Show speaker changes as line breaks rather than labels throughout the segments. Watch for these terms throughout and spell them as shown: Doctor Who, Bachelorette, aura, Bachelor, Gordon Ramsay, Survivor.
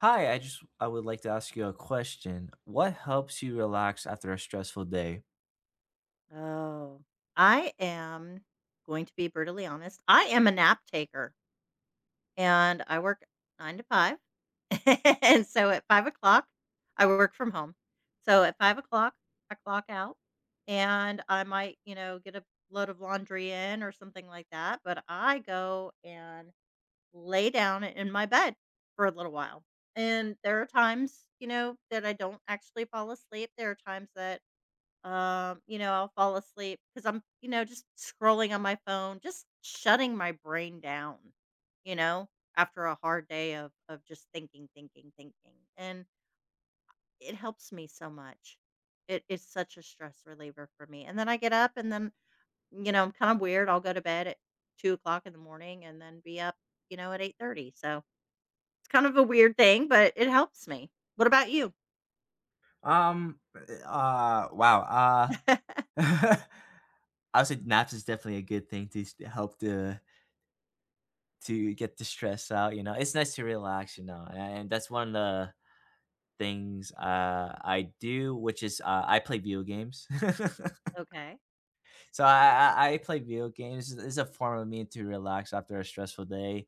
Hi, I would like to ask you a question. What helps you relax after a stressful day?
Oh, I am going to be brutally honest. I am a nap taker and I work nine to five. And so at 5 o'clock, I work from home. So at 5 o'clock, I clock out and I might, get a load of laundry in or something like that. But I go and lay down in my bed for a little while. And there are times that I don't actually fall asleep. There are times that I'll fall asleep because I'm, just scrolling on my phone, just shutting my brain down, you know, after a hard day of just thinking, thinking, thinking. And it helps me so much. It is such a stress reliever for me. And then I get up, and then, I'm kind of weird. I'll go to bed at 2 o'clock in the morning and then be up, at 8:30. So it's kind of a weird thing, but it helps me. What about you?
Um. Uh. Wow. Uh. I would say naps is definitely a good thing to help to get the stress out. You know, it's nice to relax. You know, and that's one of the things I do, which is I play video games.
Okay.
So I play video games. It's a form of me to relax after a stressful day.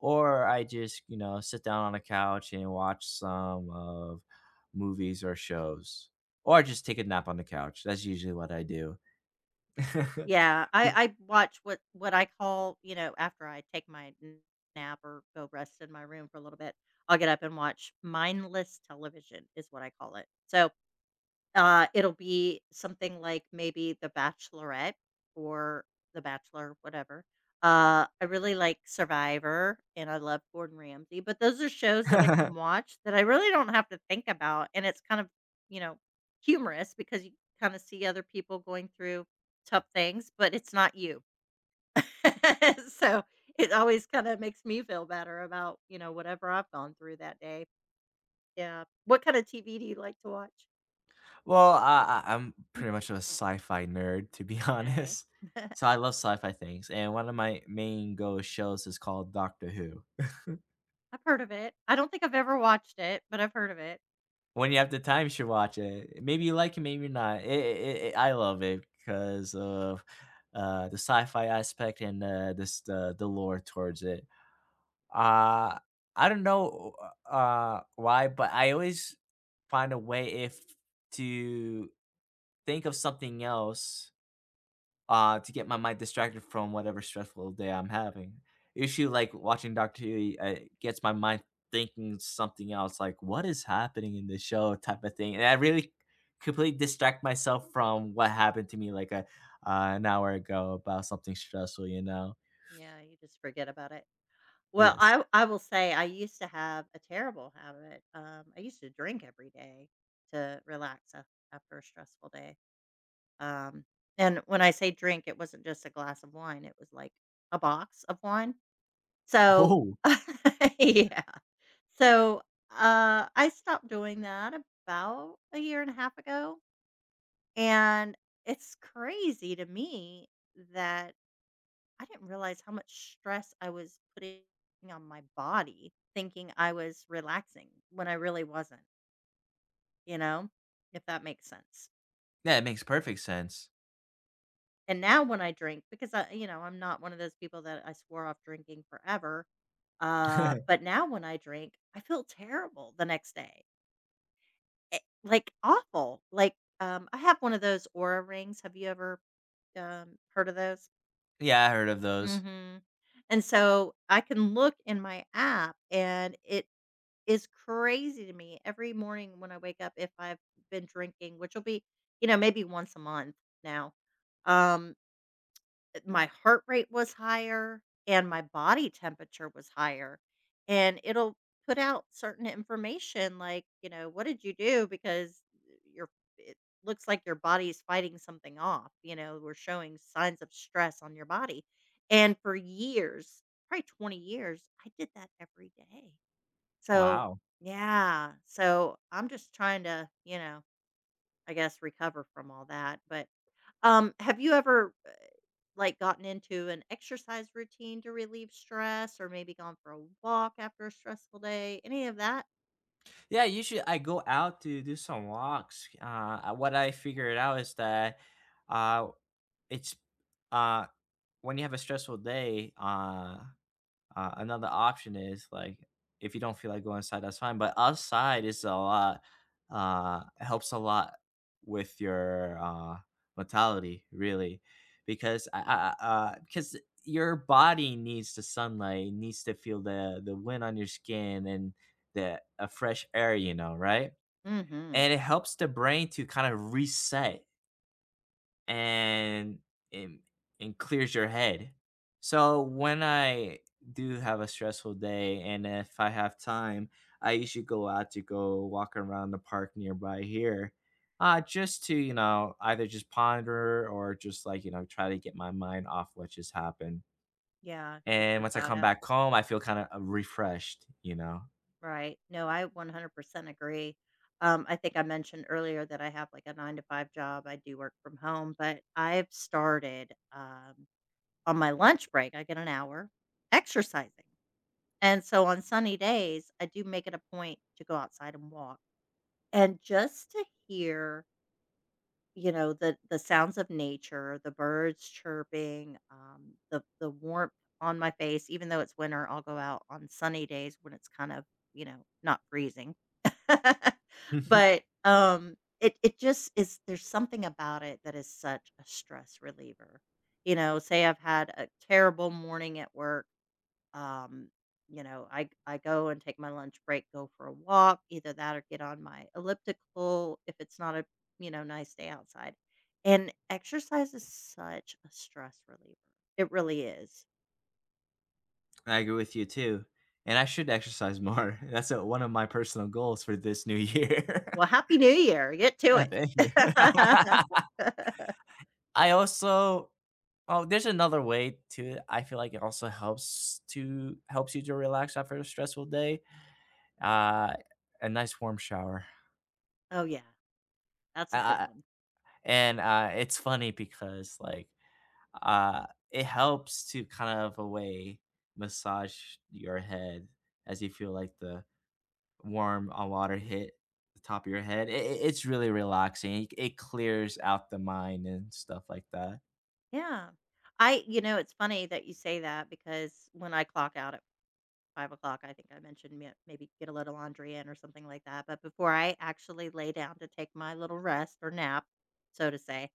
Or I just, you know, sit down on a couch and watch some of movies or shows, or I just take a nap on the couch. That's usually what I do.
Yeah, I watch what I call, after I take my n nap or go rest in my room for a little bit, I'll get up and watch mindless television is what I call it. So, it'll be something like maybe The Bachelorette or The Bachelor, whatever. I really like Survivor and I love Gordon Ramsay, but those are shows that I can watch that I really don't have to think about. And it's kind of, you know, humorous because you kind of see other people going through tough things, but it's not you. So it always kind of makes me feel better about, whatever I've gone through that day. Yeah. What kind of TV do you like to watch?
Well, I'm pretty much a sci-fi nerd, to be
Okay.
honest. So I love sci-fi things, and one of my main go shows is called Doctor Who.
I've heard of it. I don't think I've ever watched it, but I've heard of it.
When you have the time, you should watch it. Maybe you like it, maybe not. It, I love it because of the sci-fi aspect and this the lore towards it. Uh, I don't know why, but I always find a way if to think of something else to get my mind distracted from whatever stressful day I'm having. Usually, like watching Doctor Who, gets my mind thinking something else, like what is happening in this show, type of thing, and I really completely distract myself from what happened to me like a an hour ago about something stressful. You know?
Yeah, you just forget about it. Well,
Yes.
I will say I used to have a terrible habit. I used to drink every day to relax after a stressful day. Um, and when I say drink, it wasn't just a glass of wine; it was like a box of wine. So,
Oh,
yeah. So I stopped doing that about a year and a half ago, and it's crazy to me that I didn't realize how much stress I was putting on my body thinking I was relaxing when I really wasn't, you know, if that makes sense.
yeah, it makes perfect sense.
And now when I drink, because I'm not one of those people that I swore off drinking forever. But now when I drink, I feel terrible the next day. Eh, like awful. Like, I have one of those aura rings. Have you ever heard of those?
Yeah, I heard of those.
Hmm. And so I can look in my app, and it is crazy to me every morning when I wake up if I've been drinking, which will be, maybe once a month now. Um, my heart rate was higher and my body temperature was higher. And it'll put out certain information like, what did you do? Because eh, your it looks like your body's fighting something off. We're showing signs of stress on your body. And for years, probably 20 years, I did that every day. So,
Wow.
yeah. So, I'm just trying to, I guess recover from all that, but, have you ever, like, gotten into an exercise routine to relieve stress or maybe gone for a walk after a stressful day? Any of that?
Yeah, usually I go out to do some walks. What I figured out is that uh, it's uh, when you have a stressful day, another option is like if you don't feel like going inside, that's fine. But outside is a lot helps a lot with your mentality, really. Because I- because your body needs the sunlight, needs to feel the wind on your skin and the a fresh air, you know, right?
Mhm.
And it helps the brain to kind of reset and it and clears your head. So when I do have a stressful day and if I have time, I usually go out to go walk around the park nearby here. Just to, you know, either just ponder or just like, you know, try to get my mind off what just happened.
Yeah, get
And
your
once I
thought
come
out.
back home, I feel kind of refreshed, you know.
Right. No, I 100% agree. I think I mentioned earlier that I have, like, a 9 to 5 job. I do work from home, but I've started, on my lunch break, I get an hour exercising. And so on sunny days, I do make it a point to go outside and walk. And just to hear, the sounds of nature, the birds chirping, the warmth on my face, even though it's winter, I'll go out on sunny days when it's kind of, not freezing. But it just is, there's something about it that is such a stress reliever. Say I've had a terrible morning at work. Um, you know, I I go and take my lunch break, go for a walk, either that or get on my elliptical if it's not a, nice day outside. And exercise is such a stress reliever. It really is.
I agree with you too. And I should exercise more. That's a, one of my personal goals for this new year.
Well, Happy New Year. Get to it.
Thank you. I also oh, there's another way to it. I feel like it also helps to helps you to relax after a stressful day. Uh, a nice warm shower.
Oh yeah, that's a good
Uh,
one.
and It's funny because like it helps to kind of a way massage your head as you feel like the warm water hit the top of your head. It it's really relaxing. It clears out the mind and stuff like that.
Yeah. It's funny that you say that because when I clock out at 5 o'clock, I think I mentioned me maybe get a little laundry in or something like that, but before I actually lay down to take my little rest or nap, so to say,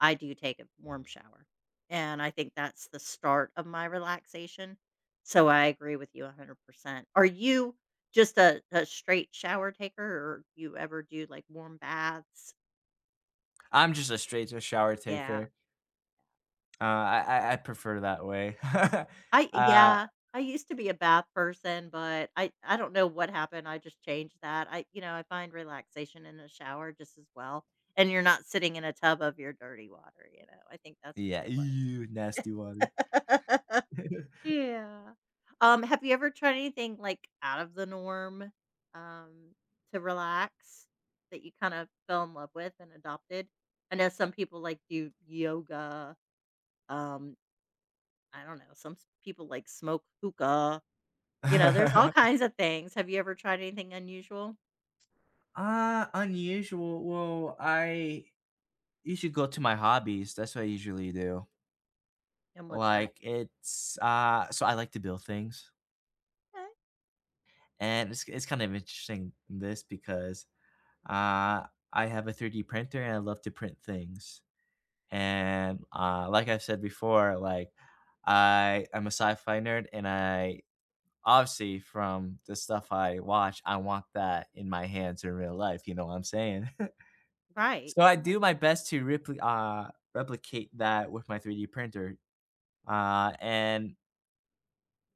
I do take a warm shower, and I think that's the start of my relaxation, so I agree with you 100%. Are you just a straight shower taker, or you ever do, like, warm baths?
I'm just a straight to shower
Yeah.
taker. I prefer that way.
I
Uh,
Yeah, I used to be a bath person, but I don't know what happened, I just changed that, I find relaxation in a shower just as well, and you're not sitting in a tub of your dirty water, I think that's what
yeah,
it
ew, nasty water.
was. Yeah. Have you ever tried anything, like, out of the norm, um, to relax that you kinda fell in love with and adopted? I know some people, like, do yoga, um, I don't know, some s people, like, smoke hookah. There's all kinds of things. Have you ever tried anything unusual?
Unusual, well, I usually go to my hobbies, that's what I usually do.
And what's that?
Like, it's, so I like to build things,
Okay.
and it's kind of interesting, this, because, uh, I have a 3D printer and I love to print things. And, like I've said before, like, I am a sci-fi nerd, and I obviously, from the stuff I watch, I want that in my hands in real life, you know what I'm saying?
Right.
So, I
Yeah.
do my best to replicate that with my 3D printer, uh, and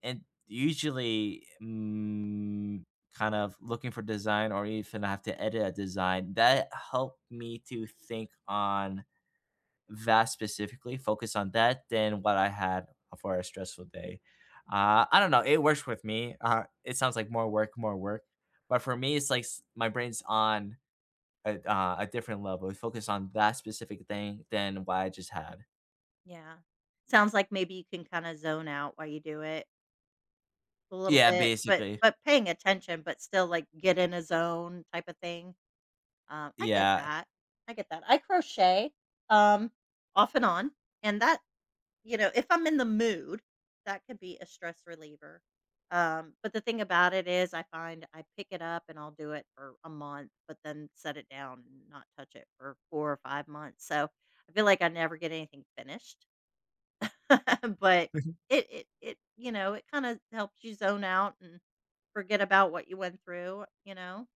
and usually, kind of looking for design or even I have to edit a design, that helped me to think on that specifically, focus on that than what I had for a stressful day. I don't know. It works with me. It sounds like more work, more work. But for me, it's like my brain's on a different level. It focus on that specific thing than what I just had.
Yeah. Sounds like maybe you can kinda zone out while you do it a little
Yeah,
bit, but
basically.
but paying attention, but still, like, get in a zone type of thing. I get
Yeah.
that. I get that. I crochet, um, off and on, and if I'm in the mood, that could be a stress reliever. But the thing about it is I find I pick it up and I'll do it for a month, but then set it down and not touch it for 4 or 5 months. So, I feel like I never get anything finished. But it kinda helps you zone out and forget about what you went through, you know?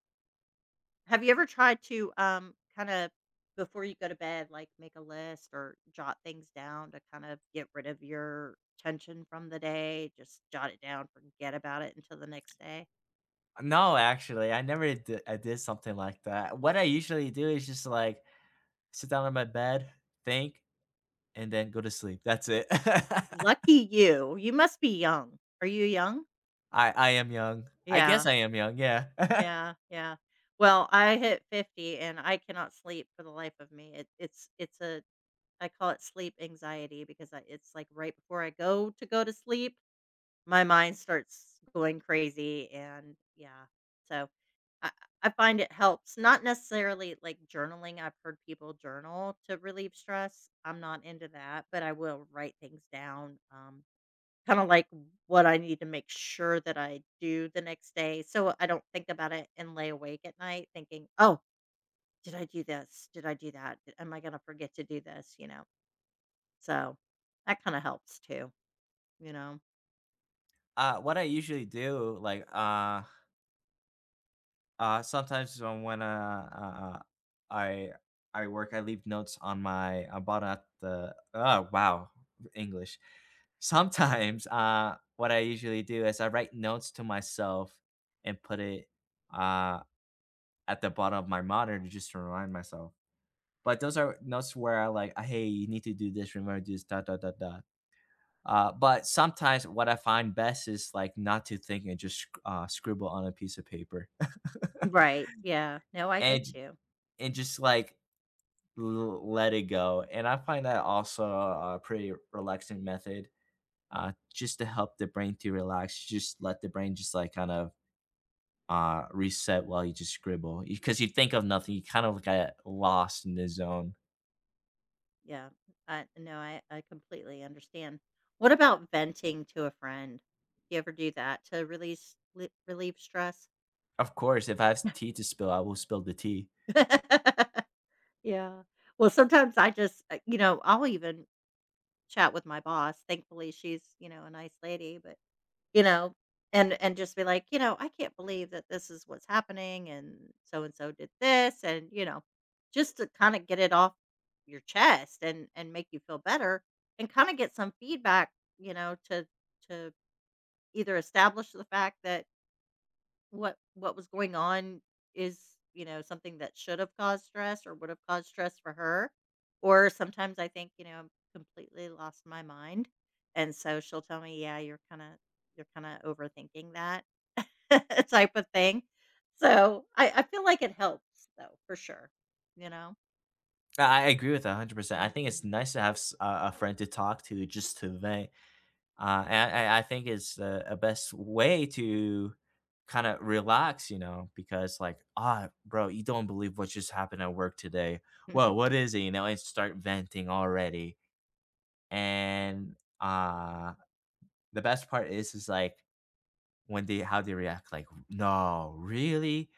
Have you ever tried to, kinda before you go to bed, like, make a list or jot things down to kind of get rid of your tension from the day? Just jot it down, forget about it until the next day?
No, actually, I never did, I did something like that. What I usually do is just like sit down on my bed, think, and then go to sleep. That's it.
Lucky you. You must be young. Are you young?
I am young. I
Yeah,
guess I am young, yeah.
yeah, yeah. Well, I hit 50 and I cannot sleep for the life of me. It it's a I call it sleep anxiety because I it's, like, right before I go to sleep. My mind starts going crazy, and yeah. So I I find it helps, not necessarily like journaling. I've heard people journal to relieve stress. I'm not into that, but I will write things down. Kind of like what I need to make sure that I do the next day so I don't think about it and lay awake at night thinking, "Oh, did I do this? Did I do that? Am I going to forget to do this?" So that kind of helps too, you know.
What I usually do, like, sometimes when, uh, uh, I I work, I leave notes on my I bought at the oh, wow, English. Sometimes, what I usually do is I write notes to myself and put it, uh, at the bottom of my monitor just to remind myself. But those are notes where I, like, "Ah, "Hey, you need to do this, remember to do this, dot, dot, dot, dot." But sometimes what I find best is like not to think and just scribble on a piece of paper
Right. Yeah. No, I get
and
you.
and just like let it go. And I find that also a pretty relaxing method, just to help the brain to relax. Just let the brain just like kind of reset while you just scribble because you think of nothing. You kind of get lost in the zone.
Yeah. I No, I completely understand. What about venting to a friend? Do you ever do that to release li relieve stress?
Of course, if I have tea to spill, I will spill the tea.
Yeah. Well, sometimes I just, I'll even chat with my boss. Thankfully, she's, a nice lady, but you know? And just be like, "You know, I can't believe that this is what's happening, and so did this," and, just to kinda get it off your chest and make you feel better and kinda get some feedback, to either establish the fact that what was going on is, something that should have caused stress or would have caused stress for her, or sometimes I think, I'm completely lost my mind, and so she'll tell me, "Yeah, you're kinda overthinking that," type of thing. So, I feel like it helps though, for sure, you know?
I agree with that 100%. I think it's
Mhm.
nice to have a friend to talk to just to vent. I think it's the a best way to kind of relax, you know, because like, ah, bro, you don't believe what just happened at work today. Well, what is it? You know, and start venting already. And the best part is like when they, how they react, like, no, really?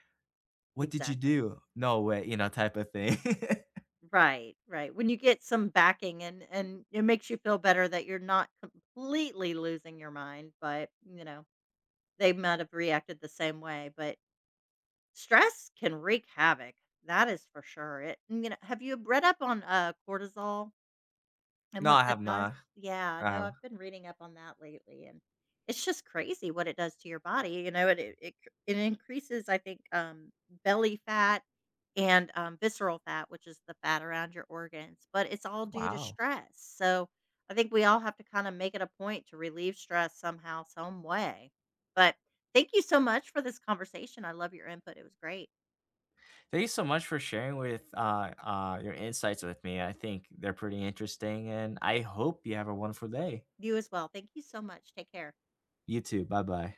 What did you
Exactly.
do? No way, you know, type of thing.
Right, right. When you get some backing, and it makes you feel better that you're not completely losing your mind, but, they might have reacted the same way, but stress can wreak havoc. That is for sure. It, and, you know, Have you read up on cortisol? And
No,
what
I
that
have
does.
not.
Yeah, no,
Um,
I've been reading up on that lately, and it's just crazy what it does to your body, it increases, I think, belly fat and, visceral fat, which is the fat around your organs, but it's all due to
wow.
stress, so I think we all have to kinda make it a point to relieve stress somehow, some way, but thank you so much for this conversation, I love your input, it was great.
Thanks so much for sharing with your insights with me. I think they're pretty interesting, and I hope you have a wonderful day.
You as well, thank you so much, take care.
You too. Bye bye.